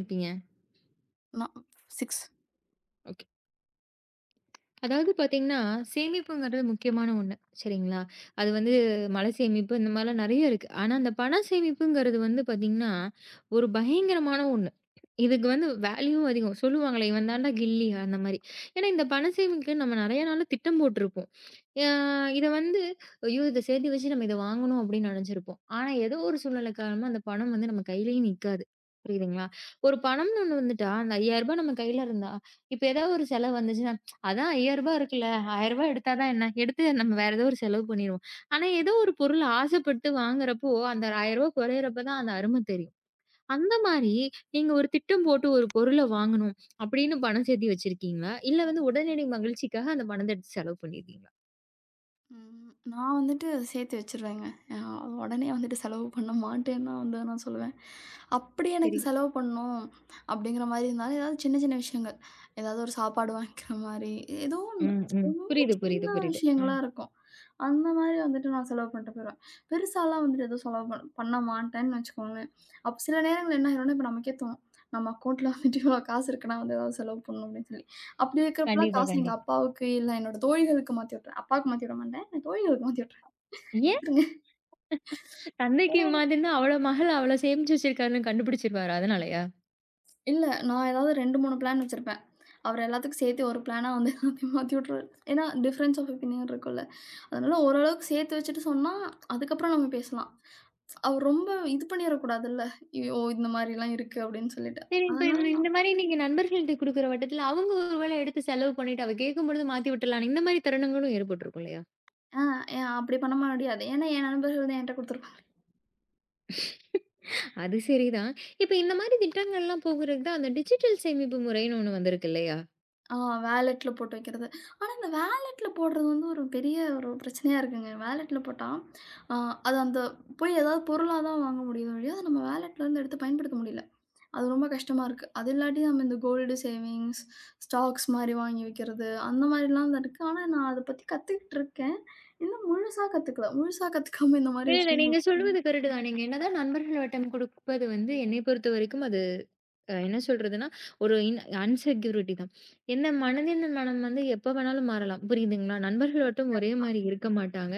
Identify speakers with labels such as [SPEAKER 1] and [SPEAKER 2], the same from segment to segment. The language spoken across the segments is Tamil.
[SPEAKER 1] இருப்பீங்க?
[SPEAKER 2] நான் 6.
[SPEAKER 1] அதாவது பார்த்தீங்கன்னா, சேமிப்புங்கிறது முக்கியமான ஒண்ணு. சரிங்களா? அது வந்து மலை சேமிப்பு இந்த மாரிலாம் நெறைய இருக்கு. ஆனா, அந்த பண சேமிப்புங்கிறது வந்து பார்த்தீங்கன்னா, ஒரு பயங்கரமான ஒண்ணு. இதுக்கு வந்து வேல்யூவும் அதிகம். சொல்லுவாங்களே, "இவன் தான்டா கில்லி" அந்த மாரி. ஏன்னா, இந்த பண சேமிக்க நம்ம நெறைய நாளா திட்டம் போட்டிருப்போம். அ இத வந்து, "ஐயோ! இத சேர்த்து வச்சு நம்ம இத வாங்கணும்" அப்படின்னு நெனைச்சிருப்போம். ஆனா, ஏதோ ஒரு சூழ்நிலை காரணமா அந்த பணம் வந்து நம்ம கையிலேயே நிக்காது. புரியுதுங்களா? ஒரு பணம்னு ஒண்ணு வந்துட்டா, அந்த ரூ. 5000 நம்ம கையில இருந்தா, இப்ப ஏதாவது ஒரு செலவு வந்துச்சுன்னா அதான் ரூ. 5000 இருக்குல்ல. ரூ. 1000 எடுத்தா தான் என்ன? எடுத்து நம்ம வேற ஏதோ ஒரு செலவு பண்ணிருவோம். ஆனா, ஏதோ ஒரு பொருள் ஆசைப்பட்டு வாங்குறப்போ, அந்த ரூ. 1000 குறையிறப்ப தான் அந்த அரும தெரியும். அந்த மாரி நீங்க ஒரு திட்டம் போட்டு ஒரு பொருள வாங்கணும் அப்படின்னு பணம் சேர்த்து வச்சிருக்கீங்களா? இல்ல வந்து உடனடி மகிழ்ச்சிக்காக அந்த பணத்த எடுத்து செலவு பண்ணியிருக்கீங்களா?
[SPEAKER 2] நான் வந்துட்டு சேர்த்து வச்சுருவேங்க. அ உடனே வந்துட்டு செலவு பண்ண மாட்டேன்னு தான் வந்து நான் சொல்லுவேன். அப்படி எனக்கு
[SPEAKER 1] சரி.
[SPEAKER 2] செலவு பண்ணணும் அப்படிங்கிற மாரி இருந்தாலும், ஏதாவது சின்ன சின்ன விஷயங்கள். ஏதாவது ஒரு சாப்பாடு வாங்கிக்கிற மாரி, ஏதோ ஒண்ணு.
[SPEAKER 1] ம், ம்.
[SPEAKER 2] ரொம்ப
[SPEAKER 1] புரியுது,
[SPEAKER 2] சின்ன
[SPEAKER 1] புரியுது, புரியுது. ம்.
[SPEAKER 2] விஷயங்களா இருக்கும். அந்த மாரி வந்துட்டு நான் செலவு பண்ணிட்டு போயிருவேன். பெருசாலாம் வந்துட்டு எதுவும் செலவு பண்ண மாட்டேன்னு வச்சுக்கோங்களேன். அப்ப சில நேரங்கள்ல என்ன ஆயிரும்னா, இப்ப நமக்கே தோணும். நம்ம அக்கவுண்ட்ல வந்துட்டு இவ்வளோ காசு இருக்குன்னா வந்து ஏதாவது செலவு பண்ணணும் அப்படின்னு சொல்லி. அப்படி இருக்கிறப்பலாம்
[SPEAKER 1] கண்டிப்பா,
[SPEAKER 2] காசு எங்க
[SPEAKER 1] கண்டிப்பா.
[SPEAKER 2] அப்பாவுக்கு, இல்ல என்னோட தோழிகளுக்கு மாத்தி விட்டுருவேன். அப்பாவுக்கு மாத்தி விட மாட்டேன். என் தோழிகளுக்கு மாத்தி விட்டுருவேன்.
[SPEAKER 1] ஏன்?
[SPEAKER 2] எடுத்துருங்க.
[SPEAKER 1] தந்தைக்கு
[SPEAKER 2] ஏன்னா
[SPEAKER 1] மாதிரின்னா, அவள மகள் அவ்வளோ சேமிச்சு வச்சிருக்காருன்னு கண்டுபிடிச்சிருவாரா? அதனாலயா?
[SPEAKER 2] இல்ல நான் ஏதாவது 2, 3 பிளான் வச்சிருப்பேன். அவர் எல்லாத்துக்கும் சேர்த்து ஒரு பிளானா வந்து எல்லாத்தையும் மாத்தி விட்டுருவாரு. ஏன்னா டிஃபரன்ஸ் ஆஃப் ஒப்பீனியன் இருக்கும்ல. அதனால ஓரளவுக்கு சேர்த்து வச்சுட்டு சொன்னா, அதுக்கப்புறம் நம்ம பேசலாம். அவர் ரொம்ப இது பண்ணிறக்கூடாதுல்ல. "ஐயோ! இந்த மாரிலாம் இருக்கு" அப்படின்னு சொல்லிட்டு.
[SPEAKER 1] சரி, இப்ப இந்த
[SPEAKER 2] அதனால
[SPEAKER 1] இந்த மாரி நீங்க நண்பர்கள்ட்ட குடுக்குற வட்டத்துல, அவங்க ஒரு வேளை எடுத்து செலவு பண்ணிட்டு, அவ கேட்கும்பொழுது மாத்தி விட்டுறலான்னு, இந்த மாரி தருணங்களும் ஏற்பட்டுருக்கும் இல்லையா?
[SPEAKER 2] ஆ ஏன் அப்படி பண்ண முடியாது. ஏன்னா என் நண்பர்கள் தான் என்ட்ட குடுத்துருப்பாங்க.
[SPEAKER 1] அது சரிதான். இப்ப இந்த மாரி திட்டங்கள்லாம் போகுறதுக்கு தான் அந்த டிஜிட்டல் சேமிப்பு முறைன்னு ஒண்ணு வந்திருக்கு இல்லையா?
[SPEAKER 2] ஆ வாலெட்ல போட்டு வைக்கிறது. ஆனா இந்த வாலெட்ல போடுறது வந்து ஒரு பெரிய ஒரு பிரச்சனையா இருக்குங்க. வாலெட்ல போட்டா, அ அது அந்த போய் ஏதாவது பொருளா தான் வாங்க முடியுதோ ஒழிய, அத நம்ம வாலெட்லருந்து எடுத்து பயன்படுத்த முடியல. அது ரொம்ப கஷ்டமா இருக்கு. அது இல்லாட்டி நம்ம இந்த கோல்டு சேவிங்ஸ், ஸ்டாக்ஸ் மாரி வாங்கி வைக்கிறது, அந்த மாரிலாம் தான் இருக்கு. ஆனா நான் அத பத்தி கத்துக்கிட்டு இருக்கேன். இன்னும் முழுசா கத்துக்கல. முழுசா கத்துக்காம இந்த மாரி
[SPEAKER 1] இல்ல, இல்ல. நீங்க
[SPEAKER 2] விஷயங்கள்
[SPEAKER 1] சொல்வது கரெக்ட்டு தான். நீங்க என்னதான் நண்பர்கள் வட்டம் குடுப்பது வந்து என்னைய பொறுத்தவரைக்கும் அது என்ன சொல்றதுன்னா, ஒரு அன்செக்யூரிட்டி தான். என்ன மனதின் மனம் வந்து எப்ப வேணாலும் மாறலாம். புரியுதுங்களா? நண்பர்கள் மட்டும் ஒரே மாரி இருக்க மாட்டாங்க.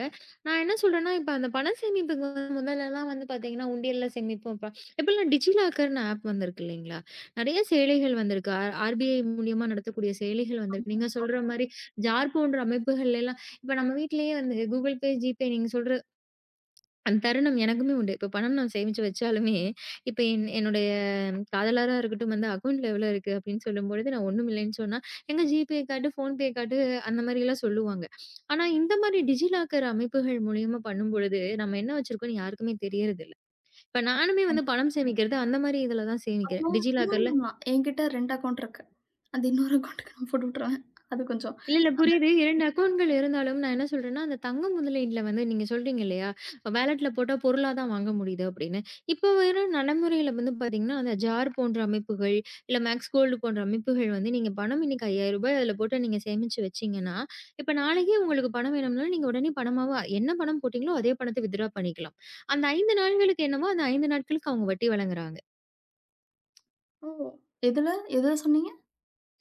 [SPEAKER 1] நான் என்ன சொல்றேன்னா, இப்ப அந்த பண சேமிப்புக்கு வந்து முதல்லலாம் வந்து பார்த்தீங்கன்னா, உண்டியல்ல சேமிப்போம். இப்ப இப்பல்லாம் டிஜிலாக்கர்னு ஆப் வந்திருக்கு இல்லைங்களா? நெறைய செயலிகள் வந்திருக்கு. ஆர்பிஐ மூலியமா நடத்தக்கூடிய செயலிகள் வந்திருக்கு. நீங்க சொல்ற மாரி ஜார் போன்ற அமைப்புகள்லாம் இப்ப நம்ம வீட்லயே வந்து Google Pay, GPay நீங்க சொல்ற அந்த தருணம் எனக்குமே உண்டு. இப்ப பணம் நான் சேமிச்சு வச்சாலுமே, இப்ப என்னுடைய காதலரா இருக்கட்டும் வந்து அக்கவுண்ட்ல எவ்வளோ இருக்கு அப்டின்னு சொல்லும்பொழுது, நான் ஒண்ணும் இல்லைன்னு சொன்னா, "எங்க ஜிபே காட்டு, ஃபோன்பே காட்டு" அந்த மாரிலாம் சொல்லுவாங்க. ஆனா இந்த மாரி டிஜிலாக்கர் அமைப்புகள் மூலியமா பண்ணும்பொழுது, நம்ம என்ன வச்சிருக்கோம்ன்னு யாருக்குமே தெரியறதில்ல. இப்ப நானுமே வந்து
[SPEAKER 2] பண்ணு.
[SPEAKER 1] பணம் சேமிக்கிறது அந்த மாரி இதுல தான் சேமிக்கிறேன்.
[SPEAKER 2] அப்புறம் இன்னொன்னு
[SPEAKER 1] டிஜிலாக்கர்ல.
[SPEAKER 2] பண்ணலாம். என்கிட்ட 2 அக்கவுண்ட் இருக்கு. அது இன்னொரு அக்கவுண்ட்டுக்கு நான் போட்டு விட்டுருவேன். அது கொஞ்சம்
[SPEAKER 1] இல்ல, இல்ல,
[SPEAKER 2] அந்த.
[SPEAKER 1] புரியுது. 2 அக்கவுண்ட்கள் இருந்தாலும் நான் என்ன சொல்றேன்னா, அந்த தங்க முதலீட்ல வந்து நீங்க சொல்றீங்க இல்லையா? வாலெட்ல போட்டா பொருளா தான் வாங்க முடியுது அப்படின்னு. இப்போ வர நடைமுறையில வந்து பார்த்தீங்கன்னா, அந்த ஜார் போன்ற அமைப்புகள், இல்ல மேக்ஸ் கோல்டு போன்ற அமைப்புகள் வந்து நீங்க பணம் இன்னைக்கு ரூ. 5000 அதில போட்டு நீங்க சேமிச்சு வச்சீங்கன்னா, இப்ப நாளைக்கே உங்களுக்கு பணம் வேணும்னாலும் நீங்க உடனே பணமாவா என்ன பணம் போட்டீங்களோ அதே பணத்தை வித்ட்ரா பண்ணிக்கலாம். அந்த 5 நாள்களுக்கு என்னமோ அந்த 5 நாட்களுக்கு அவங்க வட்டி வழங்குறாங்க.
[SPEAKER 2] ஓ! எதுல? எதுல சொன்னீங்க?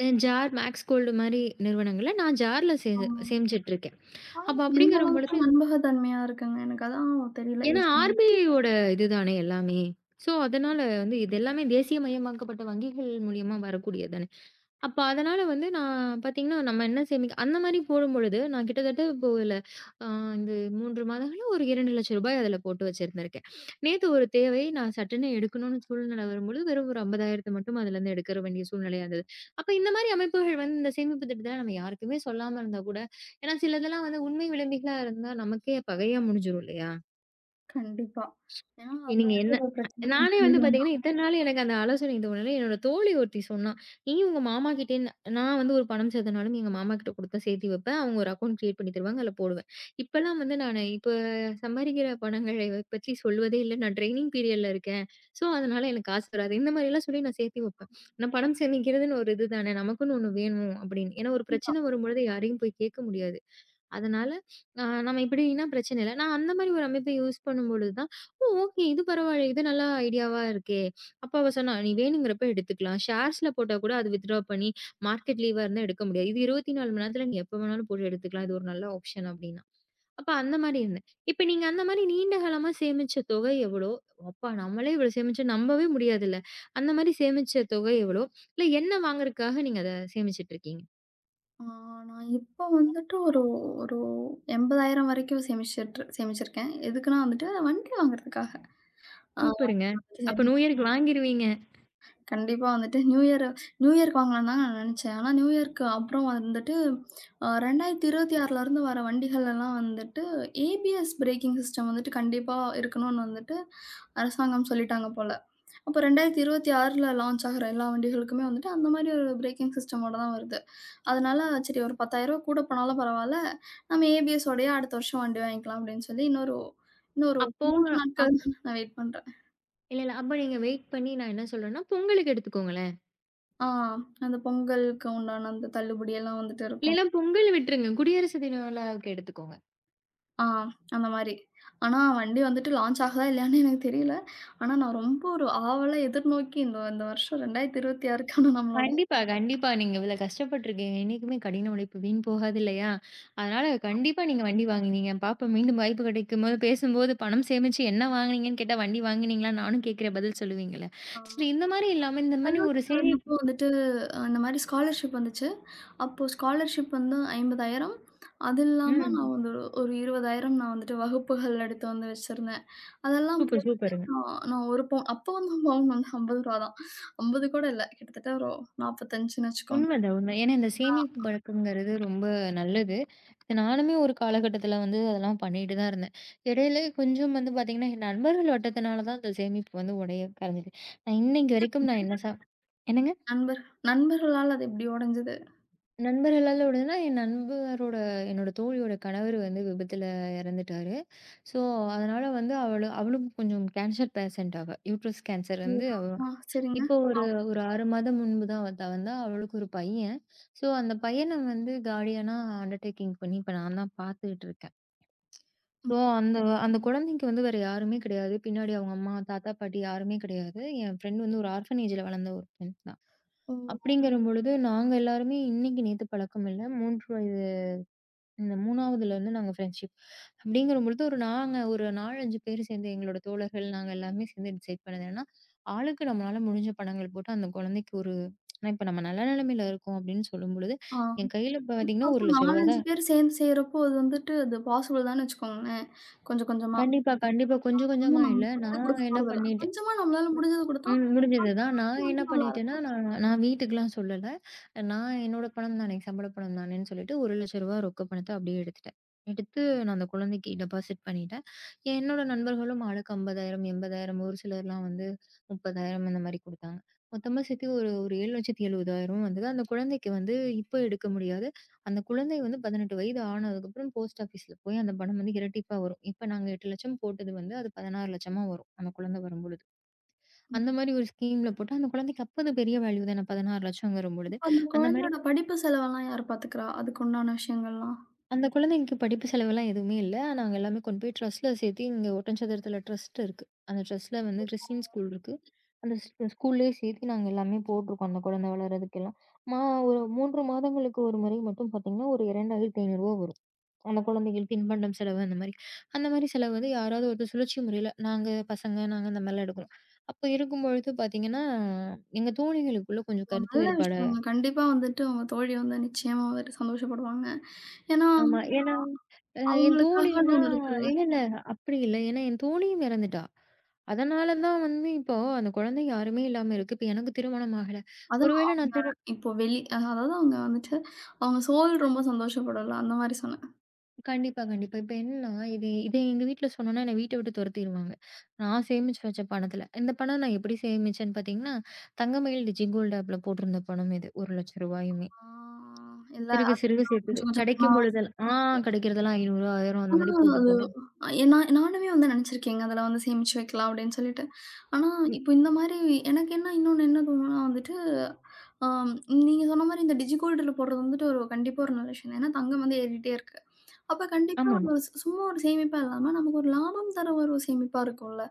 [SPEAKER 1] ஜார், மேக்ஸ் கோல்டு மாரி நிறுவனங்கள்ல நான் ஜார்ல
[SPEAKER 2] ஆமா.
[SPEAKER 1] சேமிச்சுட்டுருக்கேன்.
[SPEAKER 2] ஆனா,
[SPEAKER 1] அப்ப
[SPEAKER 2] எந்த
[SPEAKER 1] அப்படிங்கிற
[SPEAKER 2] அளவுக்கு
[SPEAKER 1] பொழுது
[SPEAKER 2] நம்பகத்தன்மையா இருக்குங்க? எனக்கு அதான் தெரியல
[SPEAKER 1] ஏன்னா,
[SPEAKER 2] யோசனை.
[SPEAKER 1] ஆர்பிஐ ஓட இதுதானே எல்லாமே. ஸோ, அதனால வந்து இது எல்லாமே தேசிய மயமாக்கப்பட்ட வங்கிகள் மூலியமா வரக்கூடியது தானே. அப்ப அதனால வந்து நான் பார்த்தீங்கன்னா, நம்ம என்ன சேமிக்க அந்த மாரி போடும்பொழுது, நான் கிட்டத்தட்ட இப்போ இதுல அ இந்த 3 மாதங்களா ஒரு ரூ. 2,00,000 அதுல போட்டு வச்சிருந்திருக்கேன். நேத்து ஒரு தேவை நான் சட்டுன்னு எடுக்கணும்னு சூழ்நிலை வரும்பொழுது, வெறும் ஒரு 50,000 மட்டும் அதுலருந்து எடுக்கற வேண்டிய சூழ்நிலையா இருந்தது. அப்ப இந்த மாரி அமைப்புகள் வந்து இந்த சேமிப்பு திட்டத்த நம்ம யாருக்குமே சொல்லாம இருந்தா கூட, ஏன்னா சிலதெல்லாம் வந்து உண்மை விளம்பிகளா இருந்தா நமக்கே பகையா முடிஞ்சிரும் இல்லையா?
[SPEAKER 2] கண்டிப்பா. ஏன்னா அது
[SPEAKER 1] நீங்க என்ன?
[SPEAKER 2] மாதிரி ஒரு பிரச்சனைக்கு
[SPEAKER 1] நானே வந்து
[SPEAKER 2] தீர்வுதான்.
[SPEAKER 1] பார்த்தீங்கன்னா, இத்தன நாள் எனக்கு அந்த ஆலோசனை தோணல. என்னோட தோழி ஒருத்தி சொன்னா. "நீயும் உங்க மாமாகிட்டயே நான் வந்து ஒரு பணம் சேர்த்தனாலும் எங்க மாமாகிட்ட குடுத்து சேர்த்து வைப்பேன். அவங்க ஒரு அக்கவுண்ட் கிரியேட் பண்ணி தருவாங்க. அதில போடுவேன்." இப்பலாம் வந்து நானு இப்ப சம்பாரிக்கிற பணங்களை பற்றி சொல்வதே இல்ல. நான் ட்ரெய்னிங் பீரியட்ல இருக்கேன். ஸோ, அதனால எனக்கு காசு வராது. இந்த மாரிலாம் சொல்லி நான் சேர்த்து வைப்பேன். நான் பணம் சேமிக்கிறதுன்னு ஒரு இது தானே. நமக்குன்னு ஒண்ணு வேணும் அப்படின்னு. ஏன்னா ஒரு பிரச்சனை வரும்பொழுது யாரையும் போய் கேட்க முடியாது. அதனால நம்ம இப்படின்னா பிரச்சனை இல்ல. நான் அந்த மாரி ஒரு அமைப்பை யூஸ் பண்ணும்பொழுது தான், ஓ! ஓகே. இது பரவாயில்ல. இது நல்ல ஐடியாவா இருக்கே! அப்ப அவ சொன்னா, "நீ வேணுங்கிறப்ப எடுத்துக்கலாம். ஷேர்ஸ்ல போட்டா கூட அது வித்ட்ரா பண்ணி மார்க்கெட் லீவா இருந்தா எடுக்க முடியாது. இது 24 மணி நேரத்துல நீ எப்ப வேணாலும் போட்டு எடுத்துக்கலாம். இது ஒரு நல்ல ஆப்ஷன்" அப்டின்னா. அப்ப அந்த மாரி இருந்தேன். இப்ப நீங்க அந்த மாரி நீண்ட காலமா சேமிச்ச தொகை எவ்வளோ? அப்பா! நம்மளே இவ்வளோ சேமிச்சா நம்பவே முடியாதுல்ல. அந்த மாரி சேமிச்ச தொகை எவ்வளோ? இல்ல என்ன வாங்குறதுக்காக நீங்க அத சேமிச்சுட்டு இருக்கீங்க?
[SPEAKER 2] ஆ நான் இப்போ வந்துட்டு ஒரு ஒரு 80,000 வரைக்கும் சேமிச்சுட்டு சேமிச்சிருக்கேன். எதுக்குன்னா வந்துட்டு வண்டி வாங்குறதுக்காக. ஆ.
[SPEAKER 1] சூப்பருங்க. அப்ப
[SPEAKER 2] சரி.
[SPEAKER 1] நியூ இயர்க்கு வாங்கிருவீங்க.
[SPEAKER 2] கண்டிப்பா வந்துட்டு நியூ இயர்க்கு வாங்கலாம்னு தான் நான் நெனச்சேன். ஆனா நியூ இயர்க்கு அப்புறம் வந்துட்டு 2026லருந்து வர வண்டிகள் எல்லாம் வந்துட்டு ஏபிஎஸ் பிரேக்கிங் சிஸ்டம் வந்துட்டு கண்டிப்பா இருக்கணும்னு வந்துட்டு அரசாங்கம் சொல்லிட்டாங்க போல. அப்போ 2026ல லான்ச் ஆகுற எல்லா வண்டிகளுக்குமே வந்துட்டு, அந்த மாரி ஒரு பிரேக்கிங் சிஸ்டமோட தான் வருது. அதனால சரி ஒரு ரூ. 10,000 கூட போனாலும் பரவால்ல. நம்ம ஏபிஎஸ் ஓடயே அடுத்த வருஷம் வண்டி வாங்கிக்கலாம் அப்டின்னு சொல்லி இன்னொரு இன்னொரு
[SPEAKER 1] அப்போ
[SPEAKER 2] 3 நாட்கள்
[SPEAKER 1] அப்
[SPEAKER 2] நான் வெயிட் பண்றேன்.
[SPEAKER 1] இல்ல, இல்ல. அப்ப நீங்க வெயிட் பண்ணி நான் என்ன சொல்றேன்னா, பொங்கலுக்கு எடுத்துக்கோங்களேன்.
[SPEAKER 2] ஆ அந்த பொங்கலுக்கு உண்டான அந்த தள்ளுபடி எல்லாம் வந்துட்டு இருக்கும்.
[SPEAKER 1] இல்லன்னா பொங்கல் விட்டுருங்க. குடியரசு தின விழாவுக்கு எடுத்துக்கோங்க.
[SPEAKER 2] ஆ அந்த மாரி. ஆனா வண்டி வந்துட்டு லான்ச் ஆகுதா இல்லையான்னு எனக்கு தெரியல. ஆனா நான் ரொம்ப ஒரு ஆவலா எதிர்நோக்கி இந்த இந்த வருஷம் 2026க்கான நம்மளோட
[SPEAKER 1] கண்டிப்பா, கண்டிப்பா. நீங்க இவ்வளோ கஷ்டப்பட்டுருக்கீங்க. என்னைக்குமே கடின உழைப்பு வீண் போகாது இல்லையா? அதனால கண்டிப்பா நீங்க வண்டி வாங்குனீங்க. பாப்போம், மீண்டும் வாய்ப்பு கிடைக்கும்போது பேசும்போது பணம் சேமிச்சு என்ன வாங்குனீங்கன்னு கேட்டா, வண்டி வாங்குனீங்களான்னு நானும் கேட்கிற பதில் சொல்லுவீங்கல்ல.
[SPEAKER 2] ஆ.
[SPEAKER 1] சரி, இந்த மாரி இல்லாம இந்த மாரி ஒரு
[SPEAKER 2] கல்லூரியில இருந்தப்போ வந்துட்டு, அந்த மாரி ஸ்காலர்ஷிப் வந்துச்சு. அப்போ ஸ்காலர்ஷிப் வந்து 50,000. அது இல்லாம
[SPEAKER 1] ம்.
[SPEAKER 2] நான் வந்து ஒரு 20,000 நான் வந்துட்டு வகுப்புகள் எடுத்து வந்து வச்சிருந்தேன். அதெல்லாம்
[SPEAKER 1] சூப்பர்,
[SPEAKER 2] போட்டு
[SPEAKER 1] சூப்பருங்க.
[SPEAKER 2] நான் நான் 1 பவுன் அப்போ வந்து பவுன் வந்து ரூ. 50 தான். 50 கூட இல்ல. கிட்டத்தட்ட ஒரு 45ன்னு வச்சுக்கோங்க.
[SPEAKER 1] உண்மைதான், உண்மை. ஏன்னா இந்த சேமிப்பு பழக்கம்ங்கிறது ரொம்ப நல்லது. இது நானுமே ஒரு காலகட்டத்தில வந்து அதெல்லாம் பண்ணிட்டு தான் இருந்தேன். இடையில கொஞ்சம் வந்து பார்த்தீங்கன்னா, என் நண்பர்கள் வட்டத்தினால தான் அந்த சேமிப்பு வந்து உடைய கரைஞ்சது. நான் இன்னைக்கு வரைக்கும் நான் என்ன என்னங்க?
[SPEAKER 2] நண்பர் நண்பர்களால அது எப்படி உடைஞ்சது.
[SPEAKER 1] நண்பர் எல்லாரோடனா, என் என்னோட தோழியோட கணவர் வந்து விபத்துல இறந்துட்டாரு. ஸோ, அதனால வந்து அவளும் கொஞ்சம் கேன்சர் பேஷண்ட் அவ. யூட்ரஸ் கேன்சர் வந்து அவ
[SPEAKER 2] ஆ. சரிங்க.
[SPEAKER 1] இப்போ ஒரு ஒரு 6 மாதம் முன்பு தான் அவ வந்தா. அவளுக்கு ஒரு பையன். ஸோ, அந்த பையன வந்து கார்டியனா அண்டர்டேக்கிங் பண்ணி இப்ப நான் தான் பார்த்துக்கிட்டு இருக்கேன்.
[SPEAKER 2] ம்.
[SPEAKER 1] ஸோ, அந்த அந்த குழந்தைக்கு வந்து வேற யாருமே கிடையாது. பின்னாடி அவங்க அம்மா, தாத்தா, பாட்டி யாருமே கிடையாது. என் ஃப்ரெண்ட் வந்து ஒரு ஆர்ஃபனேஜ்ல வளர்ந்த ஒரு ஃப்ரெண்ட் தான்.
[SPEAKER 2] ஓ!
[SPEAKER 1] அப்படிங்கிற பொழுது, நாங்க எல்லாருமே இன்னைக்கு, நேத்து பழக்கம் இல்ல. 3, இந்த 3வதுல வந்து நாங்க ஃப்ரெண்ட்ஷிப். அப்படிங்கிறபொழுது ஒரு நாங்க ஒரு 4, 5 பேர் சேர்ந்து எங்களோட தோழர்கள் நாங்க எல்லாருமே சேர்ந்து டிசைட் பண்ணது என்னன்னா, ஆளுக்கு நம்மளால முடிஞ்ச பணங்கள் போட்டு அந்த குழந்தைக்கு ஒரு. ஆனா இப்ப நம்ம நல்ல நிலைமையில இருக்கோம் அப்படின்னு சொல்லும்பொழுது,
[SPEAKER 2] ஆ.
[SPEAKER 1] என் கையில இப்ப
[SPEAKER 2] இப்போ
[SPEAKER 1] பார்த்தீங்கன்னா ரூ.
[SPEAKER 2] அதுவும் 4,
[SPEAKER 1] 1,00,000
[SPEAKER 2] 5
[SPEAKER 1] தான்.
[SPEAKER 2] பேர் சேர்ந்து செய்றப்போ அது வந்துட்டு அது பாசிபிள் தான்னு வச்சுக்கோங்களேன். கொஞ்சம் கொஞ்சமா
[SPEAKER 1] கண்டிப்பா, கண்டிப்பா. கொஞ்சம்
[SPEAKER 2] இன்னும்
[SPEAKER 1] கொஞ்சமா இல்ல.
[SPEAKER 2] நமக்கு வந்து
[SPEAKER 1] நான்
[SPEAKER 2] குடுக்க
[SPEAKER 1] என்ன
[SPEAKER 2] போறதில்ல.
[SPEAKER 1] பண்ணிட்டேன்?
[SPEAKER 2] கொஞ்சமா நம்மளால முடிஞ்சத குடுத்தா,
[SPEAKER 1] ம். முடிஞ்சது தான். நான்
[SPEAKER 2] அதுவே
[SPEAKER 1] என்ன
[SPEAKER 2] வந்து
[SPEAKER 1] பண்ணிட்டேன்னா,
[SPEAKER 2] நல்லாருக்கும்.
[SPEAKER 1] ம். நான் நான் வீட்டுக்குலாம் சொல்லல. நான் என்னோட பணம் தானே, சம்பள பணம் தானேன்னு சொல்லிட்டு ரூ. 1,00,000 ரொக்க பணத்த அப்படியே எடுத்துட்டேன். எடுத்து நான் அந்த குழந்தைக்கு டெபாசிட் பண்ணிட்டேன். என்னோட நண்பர்களும் ஆளுக்கு 50,000, 80,000 ஒரு சிலர்லாம் வந்து 30,000 அந்த மாரி குடுத்தாங்க. மொத்தமா சேர்த்து ஒரு ஒரு 7,70,000 வந்தது. அந்த குழந்தைக்கு வந்து இப்ப எடுக்க முடியாது. அந்த குழந்தை வந்து 18 வயது ஆனதுக்கப்புறம் போஸ்ட் ஆஃபீஸ்ல போய் அந்த பணம் வந்து இரட்டிப்பா வரும். இப்ப நாங்க 8,00,000 போட்டது வந்து அது 16,00,000ஆ வரும். அந்த குழந்தை வரும்பொழுது. அந்த மாரி ஒரு ஸ்கீம்ல போட்டு அந்த குழந்தைக்கு அப்ப அது பெரிய வேல்யூ தான 16,00,000ங்குற பொழுது.
[SPEAKER 2] இப்ப அந்த
[SPEAKER 1] அந்த மாரி.
[SPEAKER 2] குழந்தையோட படிப்பு செலவெல்லாம் யார் பாத்துக்கிறா? அதுக்கு உண்டான விஷயங்கள்லாம்.
[SPEAKER 1] அந்த குழந்தைங்களுக்கு படிப்பு செலவெல்லாம் எதுவுமே இல்ல. நாங்க எல்லாமே கொண்டு போய் ட்ரஸ்ட்ல சேர்த்து இங்க ஒட்டன்சத்திரத்தில ட்ரஸ்ட் இருக்கு. அந்த ட்ரஸ்ட்ல வந்து கிறிஸ்டியன் ஸ்கூல் இருக்கு. அந்த ஸ்கூல்லயே சேர்த்து நாங்க எல்லாமே போட்டுருக்கோம். அந்த குழந்தை வளர்றதுக்கெல்லாம். மா ஒரு 3 மாதங்களுக்கு ஒரு முறை மட்டும் பார்த்தீங்கன்னா, ஒரு ரூ. 2,500 வரும். அந்த குழந்தைகள் தின்பண்டம் செலவு அந்த மாரி. அந்த மாரி செலவு வந்து யாராவது ஒருத்தர் சுழற்சி முறையில நாங்க பசங்க, நாங்க இந்த மாரிலாம் எடுக்கிறோம். அப்ப இருக்கும்பொழுது பார்த்தீங்கன்னா, எங்க தோழிகளுக்குள்ள கொஞ்சம்
[SPEAKER 2] ஒரு
[SPEAKER 1] கருத்து
[SPEAKER 2] நல்ல
[SPEAKER 1] வேறுபாடு.
[SPEAKER 2] விஷயங்க. கண்டிப்பா வந்துட்டு உங்க தோழி வந்து நிச்சயமா வந்துட்டு சந்தோஷப்படுவாங்க. ஏன்னா,
[SPEAKER 1] ஆமா. ஏன்னா, அ என்
[SPEAKER 2] அவங்களுக்காகன்னு
[SPEAKER 1] தோழின்னா,
[SPEAKER 2] ஒண்ணு இருக்குல்ல.
[SPEAKER 1] இல்ல, இல்ல. அப்படி இல்ல. ஏன்னா என் தோழியும் இறந்துட்டா. அதனால தான் வந்து இப்போ அந்த குழந்தை யாருமே இல்லாம இருக்கு. இப்ப எனக்கு திருமணம் ஆகல.
[SPEAKER 2] அதான்
[SPEAKER 1] ஒருவேள நான்
[SPEAKER 2] அவங்க இப்போ வெளி அதாவது அவங்க வந்துட்டு, அவங்க சோல் ரொம்ப சந்தோஷப்படும்ல, அந்த மாரி சொன்னேன்.
[SPEAKER 1] கண்டிப்பா, கண்டிப்பா. இப்ப என்னன்னா, இத எங்க வீட்ல சொன்னோன்னா என்ன வீட்ட விட்டு துரத்திருவாங்க. நான் சேமிச்சு வச்ச பணத்துல. இந்த பணம் நான் எப்படி சேமிச்சேன்னு பார்த்தீங்கன்னா, தங்கமயில் டிஜி கோல்டு ஆப்ல போட்டிருந்த பணம் இது. ரூ. 1,00,000
[SPEAKER 2] ஆ இல்ல
[SPEAKER 1] சிறுக சிறுக சேர்த்தது.
[SPEAKER 2] கொஞ்சம் கொஞ்சம்
[SPEAKER 1] கிடைக்கும் பொழுதெல்லாம் கிடைக்கிறதெல்லாம் ரூ. 500, 1000 அந்த
[SPEAKER 2] ஆனா
[SPEAKER 1] மாரி போட்டு,
[SPEAKER 2] அது.
[SPEAKER 1] போட்டு.
[SPEAKER 2] ஏன்னா நானுமே வந்து நெனச்சிருக்கேங்க. அதில வந்து சேமிச்சு வைக்கலாம் அப்டின்னு சொல்லிட்டு. ஆனா,
[SPEAKER 1] ம்.
[SPEAKER 2] இப்போ இந்த மாரி எனக்கு என்ன இன்னொன்னு என்ன தோணும்னா வந்துட்டு, ஆம் நீங்க சொன்ன மாரி இந்த டிஜி கோல்டுல போடுறது வந்துட்டு ஒரு கண்டிப்பா ஒரு நல்ல விஷயம் தான். ஏன்னா தங்கம் வந்து ஏறிட்டே இருக்கு. அப்ப கண்டிப்பா
[SPEAKER 1] ஆமாமா.
[SPEAKER 2] ஒரு சும்மா ஒரு சேமிப்பா இல்லாம, நமக்கு ஒரு லாபம் தர ஒரு சேமிப்பா இருக்கும்ல.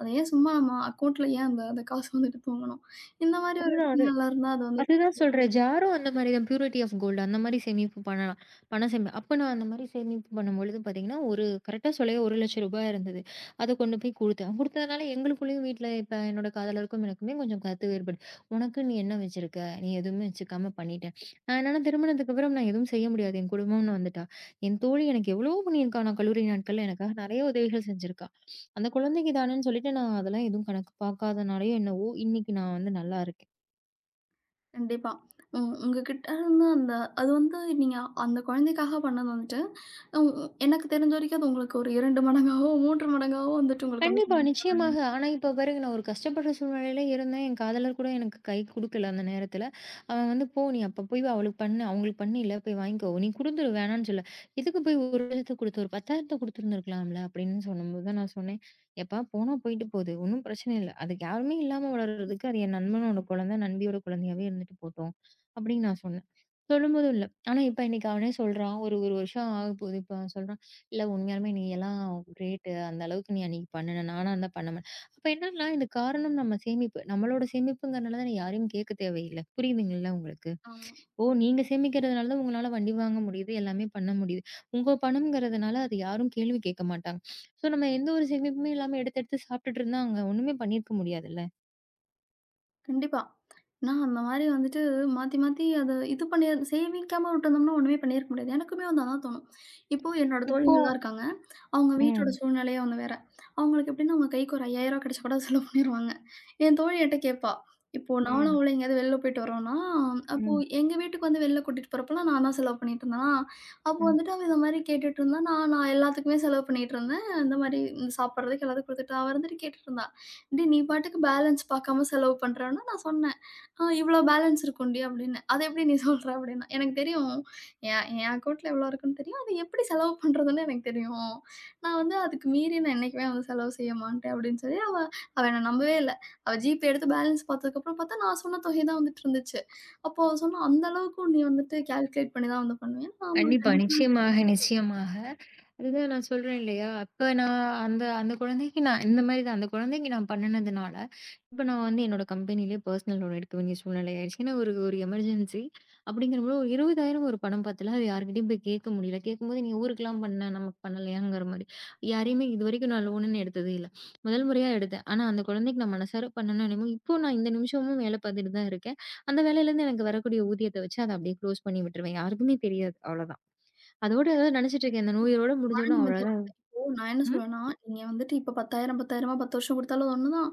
[SPEAKER 2] அத ஏன் சும்மா நம்ம அக்கவுண்ட்ல ஏன் அந்த அந்த காசு வந்துட்டு தூங்கணும்? இந்த மாரி ஒரு
[SPEAKER 1] அதுதான்,
[SPEAKER 2] விஷயங்கள்லாம் இருந்தா அது வந்து
[SPEAKER 1] அதுதான் சொல்றேன். ஜாரும் அந்த மாரி தான் பியூரிட்டி ஆஃப் கோல்டு, அந்த மாரி சேமிப்பு பண்ணலாம். பணம் அப்ப நான் அந்த மாரி சேமிப்பு பண்ணும்பொழுது பார்த்தீங்கன்னா, ஒரு கரெக்ட்டா சொல்ல ரூ. 1,00,000 இருந்தது. அத கொண்டு போய் குடுத்தேன். குடுத்ததுனால எங்களுக்குள்ளேயும் வீட்ல இப்ப என்னோட காதலருக்கும் எனக்குமே கொஞ்சம் கருத்து வேறுபாடு. "உனக்கு நீ என்ன வச்சிருக்க? நீ எதுவுமே வச்சுக்காம பண்ணிட்ட." நான் என்னன்னா திருமணத்துக்கு அப்புறம் நான் எதுவும் செய்ய முடியாது. என் குடும்பம்னு வந்துட்டா. என் தோழி எனக்கு எவ்வளவோ பண்ணியிருக்கா. நான் கல்லூரி நாட்கள்ல எனக்காக நெறைய உதவிகள் செஞ்சிருக்கா. அந்த குழந்தைக்கு தானேன்னு சொல்லிட்டு நான் அதெல்லாம் எதுவும் கணக்கு பார்க்காதனாலயோ என்னவோ, இன்னைக்கு நான் வந்து நல்லா இருக்கேன்.
[SPEAKER 2] கண்டிப்பா. ம். உங்ககிட்ட இருந்து அந்த அது வந்து நீங்க அந்த குழந்தைக்காக பண்ணது வந்துட்டு, உ உ- எனக்கு தெரிஞ்ச வரைக்கும் அது உங்களுக்கு ஒரு 2 மடங்காவோ, 3 மடங்காவோ வந்துட்டு உங்களுக்கு வந்து
[SPEAKER 1] கண்டிப்பா.
[SPEAKER 2] சந்தோஷம்.
[SPEAKER 1] நிச்சயமாக. ஆனா, இப்ப பாருங்க, நான் ஒரு கஷ்டப்படுற சூழ்நிலையில இருந்தேன். என் காதலர் கூட எனக்கு கை குடுக்கல அந்த நேரத்துல. அவன் வந்து, "போ, நீ அப்ப போய் அவளுக்கு பண்ணு. அவங்களுக்கு பண்ணையில போய் வாங்கிக்கோ. நீ குடுத்துரு வேணான்னு சொல்ல. எதுக்கு போய் ஒரு லட்சத்த குடுத்து, ஒரு 10,000த்த குடுத்துருந்துருக்கலாம்ல." அப்படின்னு சொன்னம்போது தான் நான் சொன்னேன், "எப்பா போனா போயிட்டு போகுது. ஒண்ணும் பிரச்சனை இல்ல. அதுக்கு யாருமே இல்லாம வளர்றதுக்கு அது என் நண்பனோட குழந்தை, நண்பியோட குழந்தையாவே இருந்துட்டு போட்டும்." அப்படின்னு நான் சொன்னேன். சொல்லும்போதும் இல்ல. ஆனா இப்ப இன்னைக்கு அவனே சொல்றான். ஒரு 1 வருஷம் ஆகப்போகுது. இப்ப அவன் சொல்றான், இல்ல உண்மையாலுமே நீ எல்லாம் கிரேட்டு. அந்த அளவுக்கு நீ அன்னைக்கு பண்ணுன. நானா இருந்தா பண்ண மாட்டேன். அப்ப என்னன்னா, இந்த காரணம் நம்ம சேமிப்பு. நம்மளோட சேமிப்புங்கிறனால தான யாரையும் கேட்க தேவையில்ல. புரியுதுங்கல்ல உங்களுக்கு?
[SPEAKER 2] ஆமா.
[SPEAKER 1] ஓ! நீங்க சேமிக்கிறதுனால தான் உங்களால வண்டி வாங்க முடியுது. எல்லாமே பண்ண முடியுது. உங்க பணம்ங்கிறதுனால அது யாரும் கேள்வி கேட்க மாட்டாங்க. ஸோ, நம்ம எந்த ஒரு சேமிப்புமே இல்லாம எடுத்து எடுத்து சாப்பிட்டுட்டு இருந்தா அங்க ஒண்ணுமே பண்ணியிருக்க முடியாதுல்ல.
[SPEAKER 2] கண்டிப்பா. நான் அந்த மாரி வந்துட்டு மாத்தி, மாத்தி அத இது பண்ணி சேமிக்காம விட்டுருந்தோம்னா ஒண்ணுமே பண்ணியிருக்க முடியாது. எனக்குமே வந்து அதான் தோணும். இப்போ என்னோட
[SPEAKER 1] இப்போ
[SPEAKER 2] தோழிகள்லாம் இருக்காங்க. அவங்க வீட்டோட
[SPEAKER 1] ம்.
[SPEAKER 2] சூழ்நிலையே ஒண்ணு வேற. அவங்களுக்கு எப்படின்னா, அவங்க கைக்கு ஒரு ரூ. 5,000 கிடைச்சா கூட அதை செலவு பண்ணிருவாங்க. என் தோழி என்ட்ட கேட்பா. இப்போ நானும்
[SPEAKER 1] ம்,
[SPEAKER 2] அவளும் எங்கேயாவது வெளில போயிட்டு வரோம்னா, அப்போ
[SPEAKER 1] ம்,
[SPEAKER 2] எங்க வீட்டுக்கு வந்து வெளில கூட்டிட்டு போறப்பலாம் நான் தான் செலவு பண்ணிட்டு இருந்தேனா, அப்போ
[SPEAKER 1] ம்.
[SPEAKER 2] வந்துட்டு அவ இந்த மாரி கேட்டுட்டு இருந்தா, நான் நான் எல்லாத்துக்குமே செலவு பண்ணிட்டு இருந்தேன். இந்த மாரி சாப்பிடுறதுக்கு எல்லாத்துக்கும் குடுத்துட்டு அவ இருந்துட்டு கேட்டுட்டு இருந்தா. "டி நீ பாட்டுக்கு பேலன்ஸ் பாக்காம செலவு பண்றன்னா" நான் சொன்னேன். "ஆ இவ்ளோ பேலன்ஸ் இருக்கும்டி" அப்டின்னு. "அத எப்டி நீ சொல்ற?" அப்டின்னா. "எனக்கு தெரியும். என் என் அக்கவுண்ட்ல எவ்ளோ இருக்குன்னு தெரியும். அத எப்டி செலவு பண்றதுன்னு எனக்கு தெரியும். நான் வந்து அதுக்கு மீறி நான் என்னைக்குமே வந்து செலவு செய்ய மாட்டேன்" அப்டின்னு சொல்லி அவ அவ என்ன நம்பவே இல்ல. அவ ஜிபே எடுத்து பேலன்ஸ் பாத்ததுக்கப்புறம் பாத்தா, நான் சொன்ன தொகை தான் வந்துட்டு இருந்துச்சு. அப்போ அவ சொன்னா, "அந்த அளவுக்கு நீ வந்துட்டு கால்குலேட் பண்ணி தான் வந்து பண்ணுவியா?" "ஆமா
[SPEAKER 1] கண்டிப்பா.
[SPEAKER 2] கண்டிப்பா."
[SPEAKER 1] நிச்சயமாக, நிச்சயமாக. அதுதான் நான் சொல்றேன் இல்லையா? அப்ப நான் அந்த அந்த குழந்தைக்கு நான் இந்த மாரி தான். அந்த குழந்தைக்கு நான் பண்ணுனதுனால, இப்ப நான் வந்து என்னோட கம்பெனியிலே பர்சனல் லோன் எடுக்க வேண்டிய சூழ்நிலை ஆயிடுச்சு. ஏன்னா ஒரு ஒரு எமர்ஜென்சி அப்படிங்கிறபோது ஒரு 20,000 ஒரு பணம் பார்த்தல அது யார்கிட்டயும் போய் கேட்க முடியல. கேட்கும்போது, "நீ ஊருக்குலாம் பண்ண நமக்கு பண்ணலையாங்கிற மாரி." யாரையுமே இதுவரைக்கும் நான் லோனுன்னு எடுத்ததே இல்ல. முதல் முறையா எடுத்தேன். ஆனா அந்த குழந்தைக்கு நான் மனசார பண்ணணும்னு நினைக்கும் இப்போ நான் இந்த நிமிஷமும் வேலை பார்த்துட்டு தான் இருக்கேன். அந்த வேலையிலேருந்து எனக்கு வரக்கூடிய ஊதியத்த வச்சு அத அப்படியே க்ளோஸ் பண்ணி விட்டுருவேன். யாருக்குமே தெரியாது. அவ்வளோதான். அதோட நினைச்சிட்டு இருக்கேன். இந்த நோயோட
[SPEAKER 2] மன
[SPEAKER 1] முடிஞ்சோனே
[SPEAKER 2] நிம்மதி.
[SPEAKER 1] அவ்வளோதான்.
[SPEAKER 2] நான் என்ன
[SPEAKER 1] ம்.
[SPEAKER 2] சொல்லுவேன்னா, நீங்க வந்துட்டு இப்ப 10,000 10,000 10 வருஷம் குடுத்தாலும் அது ஒண்ணுதான்.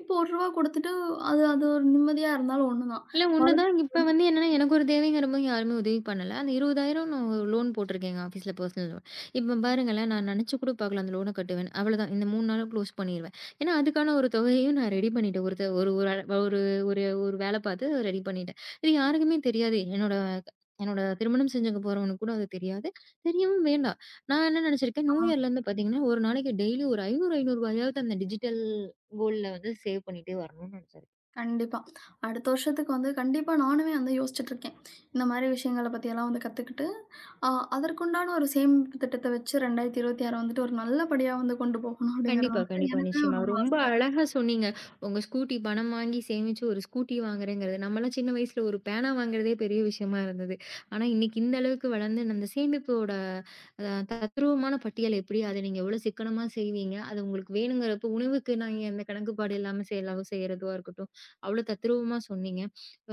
[SPEAKER 2] இப்போ ரூ. 1 குடுத்துட்டு அது அது ஒரு நிம்மதியா இருந்தாலும் ஒண்ணுதான்.
[SPEAKER 1] இல்ல ஒண்ணுதான்.
[SPEAKER 2] மறுபடியும்
[SPEAKER 1] இப்ப வந்து என்னன்னா, எனக்கு ஒரு தேவைங்கிறப்போ யாருமே உதவி பண்ணல. அந்த 20,000 நான் லோன் போட்டிருக்கேங்க ஆஃபீஸ்ல, பர்சனல் லோன். இப்ப பாருங்களேன், நான் நினைச்சு கூட பார்க்கல அந்த லோன கட்டுவேன். அவ்வளதான். இந்த 3 நாள்ல க்ளோஸ் பண்ணிருவேன். ஏன்னா, அதுக்கான ஒரு தொகையையும் நான் ரெடி பண்ணிட்டேன். ஒரு த ஒரு ஒரு அ- ஒரு ஒரு ஒரு வேல பார்த்து ரெடி பண்ணிட்டேன். இது யாருக்குமே தெரியாது. என்னோட என்னோட திருமணம் செஞ்சுக்க போறவனுக்கு கூட அது தெரியாது. தெரியவும் வேண்டாம். நான் என்ன நினைச்சிருக்கேன், நியூ
[SPEAKER 2] ஆ.
[SPEAKER 1] இயர்லேருந்து பார்த்தீங்கன்னா, ஒரு நாளைக்கு டெய்லி ஒரு 500, ரூ. 500 அந்த டிஜிட்டல் கோல்ட்ல வந்து சேவ் பண்ணிட்டே வரணும்னு நினைச்சேன்.
[SPEAKER 2] கண்டிப்பா. அடுத்த வருஷத்துக்கு வந்து கண்டிப்பா நானுமே வந்து யோசிச்சுட்டுருக்கேன். இந்த மாரி விஷயங்கள பத்தியெல்லாம் வந்து கத்துக்கிட்டு, அ அதற்குண்டான ஒரு சேமிப்பு திட்டத்த வச்சு 2026 வந்துட்டு ஒரு நல்லபடியா வந்து கொண்டு போகணும் அப்படிங்கிறது
[SPEAKER 1] கண்டிப்பா,
[SPEAKER 2] வந்துட்டு
[SPEAKER 1] கண்டிப்பா.
[SPEAKER 2] எனக்குமே
[SPEAKER 1] நிச்சயமா.
[SPEAKER 2] ஒரு ரொம்ப
[SPEAKER 1] ரொம்ப
[SPEAKER 2] ஆசையா இருக்கு.
[SPEAKER 1] அழகா சொன்னீங்க. உங்க ஸ்கூட்டி பணம் வாங்கி சேமிச்சு ஒரு ஸ்கூட்டி வாங்குறேங்கிறது. நம்மலாம் சின்ன வயசுல ஒரு பேனா வாங்குறதே பெரிய விஷயமா இருந்தது. ஆனா, இன்னைக்கு இந்த அளவுக்கு வளர்ந்து அந்த சேமிப்போட அ தத்ரூவமான பட்டியல் எப்படி, அத நீங்க எவ்வளோ சிக்கனமா செய்வீங்க, அது உங்களுக்கு வேணுங்கிறப்போ உணவுக்கு நாங்க எந்த கணக்குப்பாடு இல்லாம செலவு செய்றதுவா இருக்கட்டும், அவ்வளோ தத்ரூவமா சொன்னீங்க.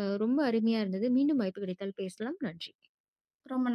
[SPEAKER 1] ரொம்ப அருமையா இருந்தது. மீண்டும் வாய்ப்பு கிடைத்தால் பேசலாம். நன்றி.
[SPEAKER 2] ரொம்ப